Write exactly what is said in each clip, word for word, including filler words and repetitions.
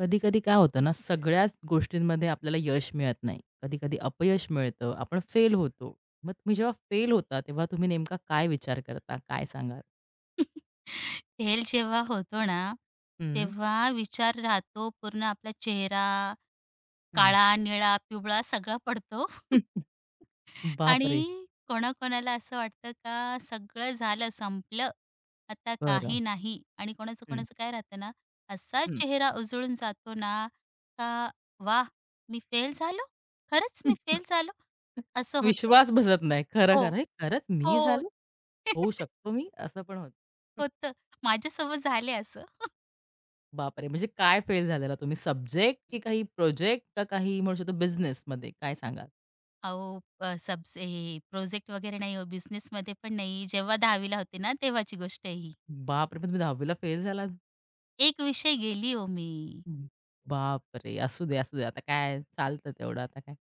कधी-कधी काय होतं ना, सगळ्याच गोष्टींमध्ये आपल्याला यश मिळत नाही. कधी-कधी अपयश मिळतं, आपण फेल होतो. मग तुम्ही जेव्हा फेल होता, तेव्हा तुम्ही नेमका काय विचार करता? काय सांगाल? तेल जेव्हा होतो ना, हं, तेव्हा विचार राहतो पूर्ण आपला चेहरा हं. काळा, निळा, पिवळा सगळा पडतो. बापरे! आणि कोणाकोणाला असं वाटतं का सगळं झालं, संपलं, आता बरं. काही नाही. आणि हं, कोणाचं-कोणाचं काय राहतं ना, असा हं. चेहरा उजळून जातो ना, का "वाह! मी फेल झालो? खरंच मी फेल झालो?" असं होतं. विश्वास बसत नाही. खरं, हो, खरं. हे खरंच हो. मी झालो? होऊ शकतो मी? असं पण होतं. होतं. माझ्यासोबत झाले असं. बापरे! म्हणजे काय फेल झालेला तुम्ही? सब्जेक्ट की काही प्रोजेक्ट का काही म्हणू शकतो बिझनेसमध्ये? काय सांगाल? अहो, अ, सबस हे प्रोजेक्ट वगैरे नाही हो, बिझनेसमध्ये पण नाही. जेव्हा दहावीला होते ना, तेव्हाची गोष्ट आहे ही. बापरे! मग तुम्ही दहावी फेल झालात? एक विषय गेली हो मी. हं. बापरे! असू दे, असू दे. आता काय चालतं तेवढं आता काय.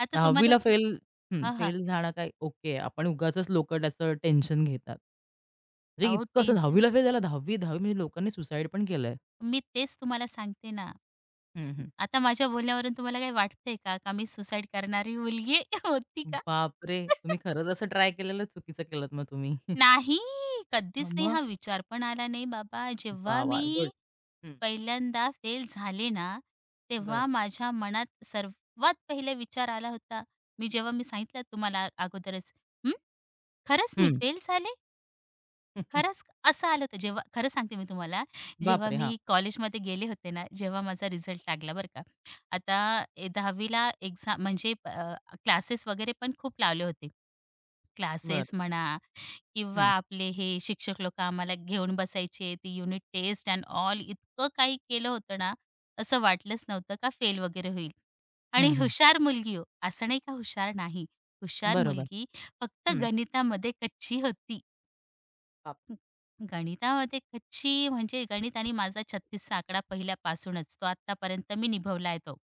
आता दहावीला तुम्हालाच फेल हं, हां, हां. फेल झाणं काय ओके. आपण उगाचच लोकं त्याचं टेन्शन घेतात. म्हणजे अहो, इतकं असं टेन्शन दहावीला फेल झाला दहावी, दहावी म्हणजे लोकांनी सुसाईड पण केलंय. मी तेच तुम्हाला सांगते ना. हं, हं. आता माझ्या बोलण्यावरून तुम्हाला काही वाटतंय का, का मी सुसाईड करणारी मुलगी होती का? बापरे! तुम्ही खरंच असं ट्राय केलेलं चुकीचं केलत मग तुम्ही. नाही, हां, कधीच नाही. मग? हा विचार पण आला नाही बाबा. वाह! जेव्हा वाह! गुड. मी हं. पहिल्यांदा फेल झाले ना, तेव्हा बरं. माझ्या मनात सर्वात पहिला विचार आला होता, मी जेव्हा मी सांगितलं तुम्हाला आ- अगोदरच, "हं, खरंच मी हं. फेल झाले? खरंच?" क-" असं आलं होतं. जेव्हा खरं सांगते मी तुम्हाला, जेव्हा बापरे! हां. मी कॉलेजमध्ये गेले होते ना, जेव्हा माझा रिझल्ट लागला बरं का. आता ए दहावीला एक्झाम म्हणजे क्लासेस वगैरे पण खूप लावले होते. बरं. क्लासेस म्हणा किंवा हं, आपले हे शिक्षक लोकं आम्हाला घेऊन बसायचे. ती युनिट टेस्ट एंड ऑल इतकं काही केलं होतं ना, असं वाटलंच नव्हतं का फेल वगैरे होईल. हं, आणि हं. हुशार मुलगी हो, असं नाही का हुशार नाही. हुशार बरोबर. मुलगी फक्त हं. गणितामध्ये कच्ची होती. बाप गणितामध्ये कच्ची म्हणजे गणित आणि माझा छत्तीस आकडा पहिल्यापासूनच तो आत्तापर्यंत मी निभवला आहे तो.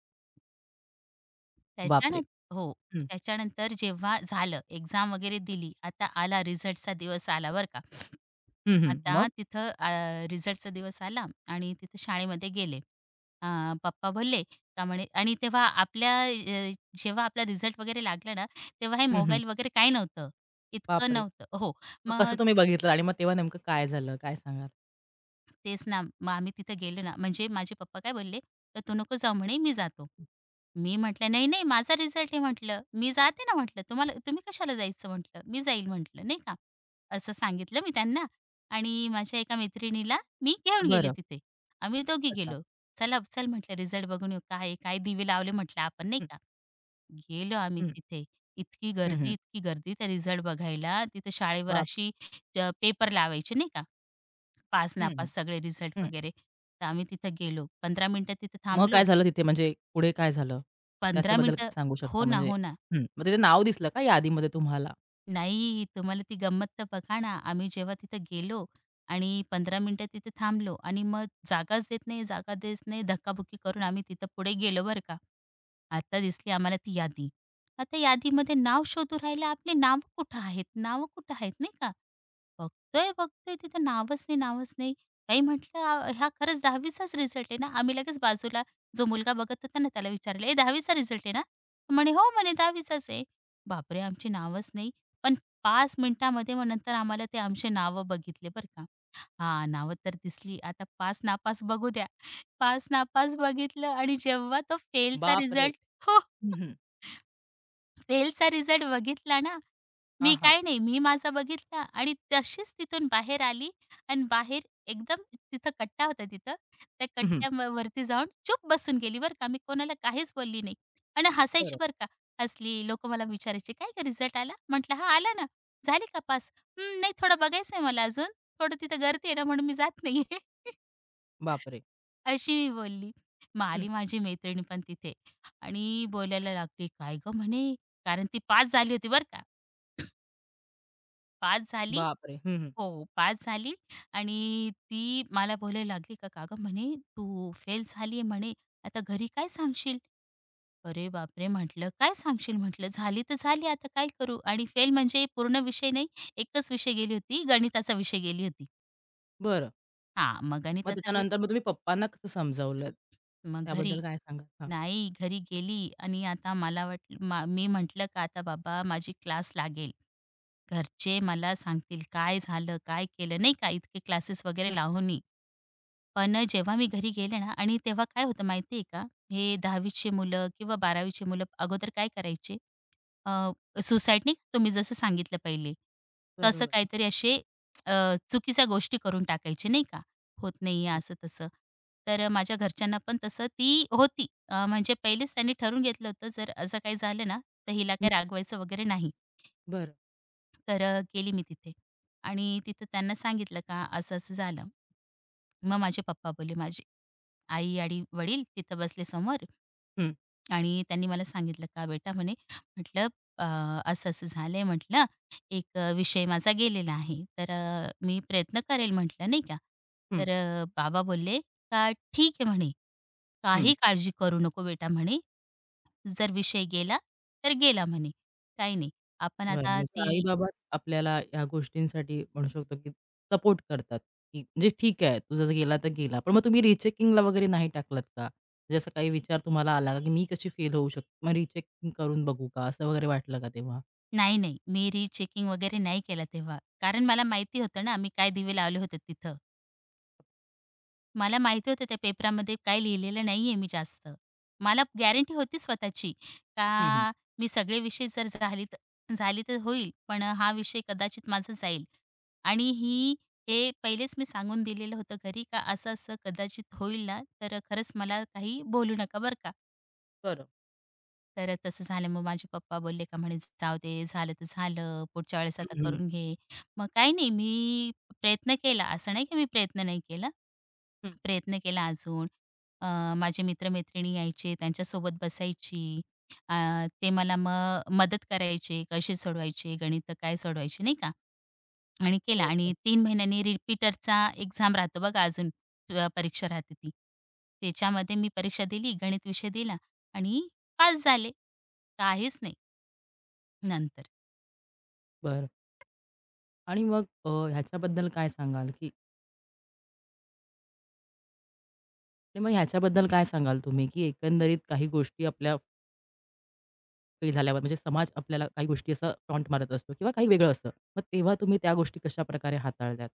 त्याच्यानं बापरे! हो. हं. त्याच्यानंतर जेव्हा झालं, एक्झाम वगैरे दिली. आता आला रिझल्टचा दिवस आला बरं का. हं, हं. मग? आता तिथं अ, रिझल्टचा दिवस आला आणि तिथं शाळेमध्ये गेले. अ, पप्पा बोलले का म्हणे आणि तेव्हा आपल्या अ, जेव्हा आपला रिझल्ट वगैरे लागला ना, तेव्हा हे हं, हं. मोबाईल वगैरे काही नव्हतं. इतकं बापरे! नव्हतं हो. मग मग कसं तुम्ही बघितलं आणि मग तेव्हा नेमकं काय झालं? काय सांगाल? तेच ना. मग आम्ही तिथे गेलो ना, म्हणजे माझे पप्पा काय बोलले, "तर तू नको जाऊ म्हणे, मी जातो." मी म्हटलं, "नाही, नाही, माझा रिझल्ट आहे," म्हटलं. "मी जाते ना," म्हटलं. "तुम्हाला तुम्ही कशाला जायचं?" म्हटलं. "मी जाईल," म्हटलं, नाही का. असं सांगितलं मी त्यांना आणि माझ्या एका मैत्रिणीला मी घेऊन गेले बरं. तिथे. आम्ही दोघी अच्छा. गेलो. "चला, चल," म्हटलं, "रिझल्ट बघून येऊ. काय आहे, काय दिवे लावले," म्हटलं, "आपण," नाही हं, का. गेलो आम्ही हं, तिथे. इतकी हं, गर्दी, हं. इतकी गर्दी त्या रिझल्ट बघायला. तिथे शाळेवर बाप अशी अ, पेपर लावायचे नाही का? हं, हं, पास-नापास सगळे रिझल्ट हं. वगैरे. तर आम्ही तिथं गेलो. पंधरा मिनिटं तिथे मग काय थांबलो. झालं तिथे? म्हणजे पुढे काय झालं? पंधरा त्याच्याबद्दल मिनिटं काय सांगू शकता? हो ना, म्हणजे हो ना. हं, मग तिथे नाव दिसलं का यादीमध्ये तुम्हाला? नाही, तुम्हाला ती गंमत तर बघा ना, आम्ही जेव्हा तिथं गेलो आणि पंधरा मिनिटं तिथे थांबलो आणि मग जागाच देत नाही, जागा देत नाही, धक्काबुक्की करून आम्ही तिथं पुढे गेलो बरं का. आता दिसली आम्हाला ती यादी. आता यादीमध्ये नाव शोधू राहिलं, आपली नावं कुठं आहेत? नावं कुठं आहेत? नाही का? बघतोय, बघतोय तिथं नावच नाही, नावच नाही. ताई म्हटलं, "अ, हा खरंच दहावीचाच रिझल्ट आहे ना?" आम्ही लगेच बाजूला जो मुलगा बघत होता ना, त्याला विचारलं, "ए, दहावीचा रिझल्ट आहे ना?" म्हणे, "हो," म्हणे, "दहावीचाच आहे." बापरे! आमची नावच नाही. पण पाच मिनिटामध्ये मग नंतर आम्हाला ते आमचे नावं बघितले बरं का. हां, नावं तर दिसली. आता पास-नापास बघू द्या. पास-नापास बघितलं आणि जेव्हा तो फेलचा बापरे! रिझल्ट हो. हं, हं. फेलचा रिझल्ट बघितला ना, हां, मी हां. काय नाही, मी माझा बघितला आणि तशीच तिथून बाहेर आली आणि बाहेर एकदम तिथं कट्टा होता तिथं. त्या हं, हं. कट्ट्यावरती जाऊन चुप बसून गेली बरं का. मी कोणाला काहीच बोलली नाही आणि हसायची बरं. बरं का. हसली, लोकं मला विचारायचे, "काय गं रिझल्ट आला?" म्हटलं, "हां, आला ना." "झाली का पास?" "हं, नाही थोडं बघायचं आहे मला अजून. थोडं तिथं गर्दी आहे ना म्हणून मी जात नाही बापरे! अशी मी बोलली. मग हं. आली माझी मैत्रीण पण तिथे आणि बोलायला लागली, "काय गं?" म्हणे कारण ती पास झाली होती बरं का. पाच झाली बापरे! हं, हं. हो, पास झाली आणि ती मला बोलायला लागली का, "का गं," म्हणे, "तू फेल झाली आहे," म्हणे, "आता घरी काय सांगशील?" अरे बापरे! म्हटलं, "काय सांगशील?" म्हटलं, "झाली तर झाली, आता काय करू?" आणि फेल म्हणजे पूर्ण विषय नाही, एकच विषय गेली होती, गणिताचा विषय गेली होती. बरं. हां, मग मग गणिताचा वि त्याच्यानंतर मग तुम्ही पप्पांना कसं समजावलंत? मग त्याबद्दल घरी काय सांगाल? हां. नाही, घरी गेली आणि आता मला वाटलं मा मी म्हटलं का, "आता बाबा माझी क्लास लागेल. घरचे मला सांगतील काय झालं, काय केलं?" नाही का, इतके क्लासेस वगैरे हं. लावूनही. पण जेव्हा मी घरी गेले ना आणि तेव्हा काय होतं माहिती आहे का, हे दहावी ची मुलं किंवा बारावी मुलं अगोदर काय करायचे अ, सुसाईड नाही का तुम्ही जसं सांगितलं पहिले, तसं बरोबर. काहीतरी असे अ, चुकीच्या गोष्टी करून टाकायचे नाही का, होत नाहीये हं, असं-तसं. तर अ, माझ्या घरच्यांना पण तसं ती होती. अ, म्हणजे पहिलेच त्यांनी ठरवून घेतलं होतं जर असं काही झालं ना, तर हिला हं. काही रागवायचं वगैरे नाही. बरं. तर अ, गेली मी तिथे आणि तिथं त्यांना सांगितलं का असं-असं झालं. मग माझे पप्पा बोलले माझे आई आणि वडील तिथं बसले समोर हं, आणि त्यांनी मला सांगितलं, "का बेटा?" म्हणे. म्हटलं, "अ, असं-असं झालंय," म्हटलं, "एक अ, विषय माझा गेलेला आहे, तर अ, मी प्रयत्न करेल," म्हटलं, नाही का. हं, तर अ, बाबा बोलले, "का ठीक आहे," म्हणे, हं. "काही काळजी करू नको बेटा," म्हणे, "जर विषय गेला तर गेला," म्हणे, "काही नाही. आपण बरं. आता म्हणजे ती" आई-बाबा आपल्याला ह्या गोष्टींसाठी म्हणू शकतो, की सपोर्ट करतात, की म्हणजे ठीक आहे, तू जसं गेला तर गेला. पण मग तुम्ही रिचेकिंगला वगैरे नाही टाकलात का? म्हणजे असा काही विचार तुम्हाला आला का, की मी कशी फेल होऊ शकते? मग रिचेकिंग करून बघू का? असं वगैरे वाटलं का तेव्हा? नाही, नाही, मी रीचेकिंग वगैरे नाही केला तेव्हा. कारण मला माहिती होतं ना, मी काय दिवे लावले होते तिथं. मला माहिती होतं त्या पेपरामध्ये काय लिहिलेलं नाहीये मी जास्त. मला गॅरंटी होती स्वतःची हं, हं. का मी सगळे विषय जर झाली तर झाली तर होईल, पण हा विषय कदाचित माझा जाईल. आणि ही हे पहिलेच मी सांगून दिलेलं होतं घरी का असं-असं कदाचित होईल ना, तर खरंच मला काही बोलू नका बरं का. बरं. तर तसं झालं. मग माझे पप्पा बोलले का म्हणे, "जाऊ दे, झालं तर झालं. पुढच्या वेळेस हं, आता हं. करून घे." मग काही नाही, मी प्रयत्न केला. असं नाही की मी प्रयत्न नाही केला. हं. प्रयत्न केला अजून. अ, माझे मित्र-मैत्रिणी यायचे, त्यांच्यासोबत बसायची. अ, ते मला मग मदत करायचे, कसे सोडवायचे, गणितं काय सोडवायची, नाही का? आणि केला बरं, आणि बरं. तीन महिन्यांनी रिपीटरचा एक्झाम राहतो बघा अजून अ, परीक्षा राहते ती. त्याच्यामध्ये मी परीक्षा दिली, गणित विषय दिला आणि पास झाले. काहीच नाही नंतर. बरं. आणि मग अ, ह्याच्याबद्दल काय सांगाल, की आणि मग ह्याच्याबद्दल काय सांगाल तुम्ही, की एकंदरीत काही गोष्टी आपल्या फेल झाल्यावर म्हणजे समाज आपल्याला काही गोष्टी असं टॉन्ट मारत असतो किंवा काही वेगळं असतं. मग तेव्हा तुम्ही त्या गोष्टी कशाप्रकारे हाताळल्यात?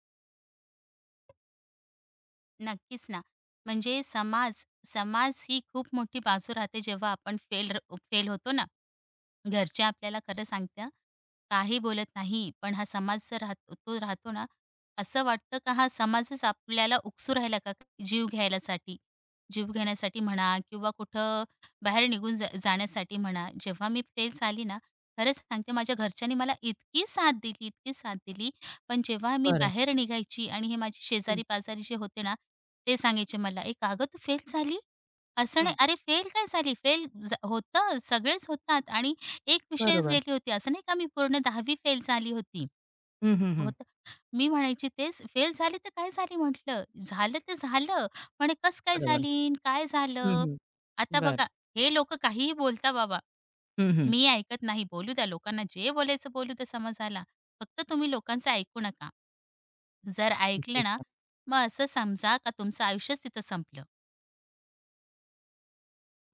नक्कीच ना. म्हणजे समाज समाज ही खूप मोठी बाजू राहते जेव्हा आपण फेल फेल होतो ना. घरचे आपल्याला खरं सांगत्या, काही बोलत नाही. पण हा समाज जर राहतो तो राहतो ना, असं वाटतं का हा समाजच आपल्याला उकसू राहिला का जीव घ्यायलासाठी. जीव घेण्यासाठी म्हणा किंवा कुठं बाहेर निघून जा जाण्यासाठी म्हणा. जेव्हा मी फेल आली ना, खरंच सांगते माझ्या घरच्यांनी मला इतकी साथ दिली, इतकी साथ दिली. पण जेव्हा मी बरं. बाहेर निघायची आणि हे माझे हं, शेजारी-पाजारी जे होते ना, ते सांगायचे मला, "ए, का तू फेल झाली?" असं हं. नाही, "अरे, फेल काय झाली? फेल होतं, सगळेच होतात आणि एक विषयच बरोबर. गेली होती. असं नाही का मी पूर्ण दहावी फेल झाली होती. हं, हं, हं. होतं मी म्हणायची तेच, "फेल झाली तर काय झाली?" म्हटलं. "झालं तर झालं." म्हणे, कस काय बरोबर. झाली अन् काय हं, झालं?" हं. आता बरं. बघा हे लोक काहीही बोलता बाबा. हं, हं. मी ऐकत नाही. बोलू द्या लोकांना जे बोलायचं बोलू द्या समाजाला. फक्त तुम्ही लोकांचं ऐकू नका. जर ऐकलं नक्कीच ना, ना. मग असं समजा का तुमचं आयुष्यच तिथं संपलं.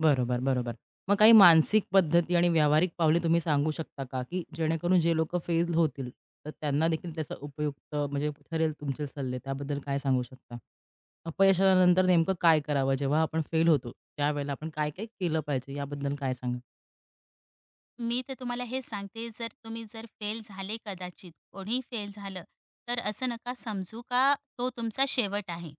बरोबर, बरोबर. मग काही मानसिक पद्धती आणि व्यावहारिक पावले तुम्ही सांगू शकता का, की जेणेकरून जे लोकं फेल होतील, तर त्यांना देखील त्याचा उपयुक्त म्हणजे ठरेल तुमचे सल्ले, त्याबद्दल काय सांगू शकता? अपयशानंतर नेमकं काय करावं? जेव्हा आपण फेल होतो, त्यावेळेला आपण काय-काय केलं पाहिजे याबद्दल काय सांगाल? मी तर तुम्हाला हे सांगते, जर तुम्ही जर फेल झाले कदाचित, कोणीही फेल झालं, तर असं नका समजू का तो तुमचा शेवट आहे.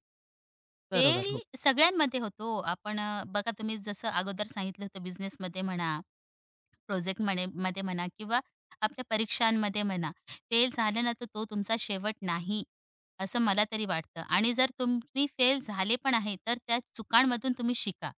बरोबर. फेल हो. सगळ्यांमध्ये होतो. आपण अ, बघा तुम्ही जसं अगोदर सांगितलं होतं बिझनेसमध्ये म्हणा प्रोजेक्ट म्हणे मध्ये म्हणा किंवा आपल्या परीक्षांमध्ये म्हणा. फेल झालं ना, तर तो तुमचा शेवट नाही, असं मला तरी वाटतं. आणि जर तुम्ही फेल झाले पण आहे, तर त्या चुकांमधून तुम्ही शिका.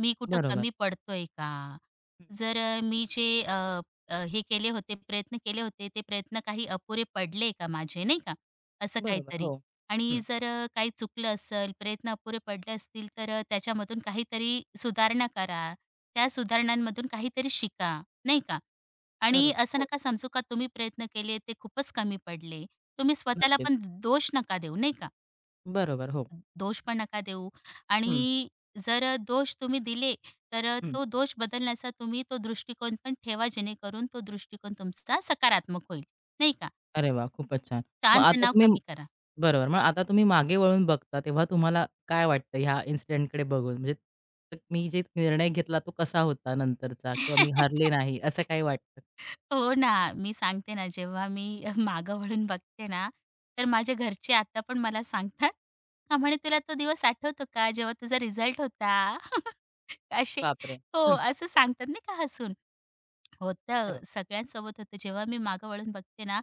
मी कुठं बरोबर. कमी पडतोय का? हं. जर अ, मी जे अ, अ, हे केले होते, प्रयत्न केले होते, ते प्रयत्न काही अपुरे पडले का माझे, नाही का? असं बरोबर. काहीतरी. हो. आणि हं. जर अ, काही चुकलं असेल, प्रयत्न अपुरे पडले असतील, तर अ, त्याच्यामधून काहीतरी सुधारणा करा. त्या सुधारणांमधून काहीतरी शिका. नाही का? आणि बरोबर. असं हो. नका समजू का तुम्ही प्रयत्न केले ते खूपच कमी पडले. तुम्ही स्वतःला नक्कीच. पण दोष नका देऊ, नाही का? बरोबर. हो. दोष पण नका देऊ हं, आणि जर अ, दोष तुम्ही दिले, तर अ, हं. तो दोष बदलण्याचा तुम्ही तो दृष्टिकोन पण ठेवा, जेणेकरून तो दृष्टिकोन तुमचा सकारात्मक होईल, नाही का? अरे वाह! खूपच छान. मग ताण आता तुम्ही कमी करा. बरोबर. मग आता तुम्ही मागे वळून बघता, तेव्हा तुम्हाला काय वाटतं ह्या इन्सिडेंटकडे बघून? म्हणजे त- मी जे निर्णय घेतला तो कसा होता नंतरचा किंवा मी हरले नाही असं काही वाटतं? हो ना. मी सांगते ना, जेव्हा मी मागं वळून बघते ना, तर माझ्या घरचे आता पण मला सांगतात, "का म्हणे तुला तो दिवस आठवतो का, जेव्हा तुझा रिझल्ट होता?" असे बापरे! हो, हं, असं सांगतात नाही का हसून. होतं, बरोबर. सगळ्यांसोबत होतं. जेव्हा मी मागं वळून बघते ना,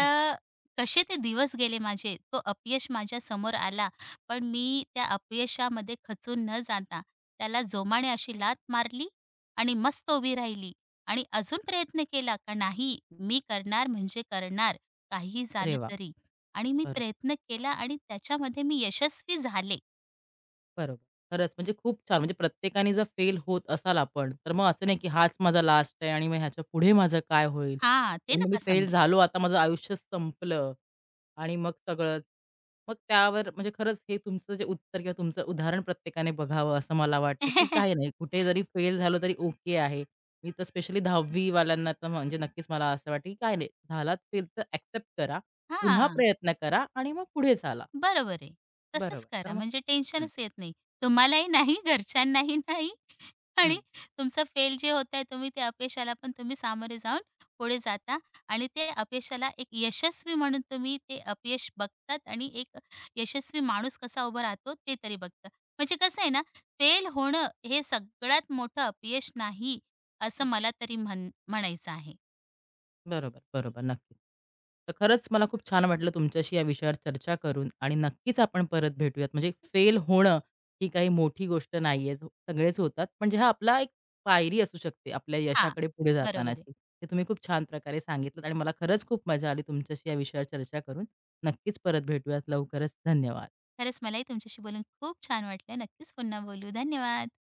हं. कसे ते दिवस गेले माझे. तो अपयश माझ्या समोर आला, पण मी त्या अपयशामध्ये खचून न जाता त्याला जोमाने अशी लात मारली आणि मस्त उभी राहिली आणि अजून प्रयत्न केला का नाही, मी करणार म्हणजे करणार, काहीही अरे झालं वाह! तरी. आणि मी बरोबर, प्रयत्न केला आणि त्याच्यामध्ये मी यशस्वी झाले. बरोबर. खरंच म्हणजे खूप छान. म्हणजे प्रत्येकाने जर फेल होत असाल आपण, तर मग असं नाही की हाच माझा लास्ट आहे आणि मग ह्याच्या पुढे माझं काय होईल? हां, ते आणि मग मी नका फेल समजू. झालो, आता माझं आयुष्य संपलं. आणि मग सगळंच. मग त्यावर म्हणजे खरंच हे तुमचं जे उत्तर किंवा तुमचं उदाहरण प्रत्येकाने बघावं असं मला वाटतं, की काही नाही कुठे जरी फेल झालो तरी ओके आहे. मी तर स्पेशली दहावी वाल्यांना तर म्हणजे नक्कीच मला असं वाटतं, की काही नाही झालात फेल तर एक्सेप्ट करा. पुन्हा हां. प्रयत्न करा आणि मग पुढे चाला. बरोबर आहे. तसंच बरोबर. तर करा मग म्हणजे हं, टेन्शनच येत नाही. तुम्हालाही नाही, घरच्यांनाही नाही आणि हं. तुमचा फेल जे होत आहे तुम्ही त्या अपयशाला पण तुम्ही सामोरे जाऊन पुढे जाता आणि ते अपयशाला एक यशस्वी म्हणून तुम्ही ते अपयश बघतात आणि एक यशस्वी माणूस कसा उभा राहतो ते तरी बघता. म्हणजे कसं आहे ना, फेल होणं हे सगळ्यात मोठं अपयश नाही, असं मला तरी म्हण म्हणायचं आहे. बरोबर, बरोबर. नक्कीच. तर खरंच मला खूप छान वाटलं तुमच्याशी या विषयावर चर्चा करून आणि नक्कीच आपण परत भेटूयात. म्हणजे फेल होणं ही काही मोठी गोष्ट नाहीये. हो, सगळेच होतात. म्हणजे हा आपला एक पायरी असू शकते आपल्या हां, यशाकडे पुढे बरोबर आहे. जातानाची. ते तुम्ही खूप छान प्रकारे सांगितलंत आणि मला खरंच खूप मजा आली तुमच्याशी या विषयावर चर्चा करून. नक्कीच परत भेटूयात लवकरच. धन्यवाद. खरंच मलाही तुमच्याशी बोलून खूप छान वाटलं. नक्कीच पुन्हा बोलू. धन्यवाद.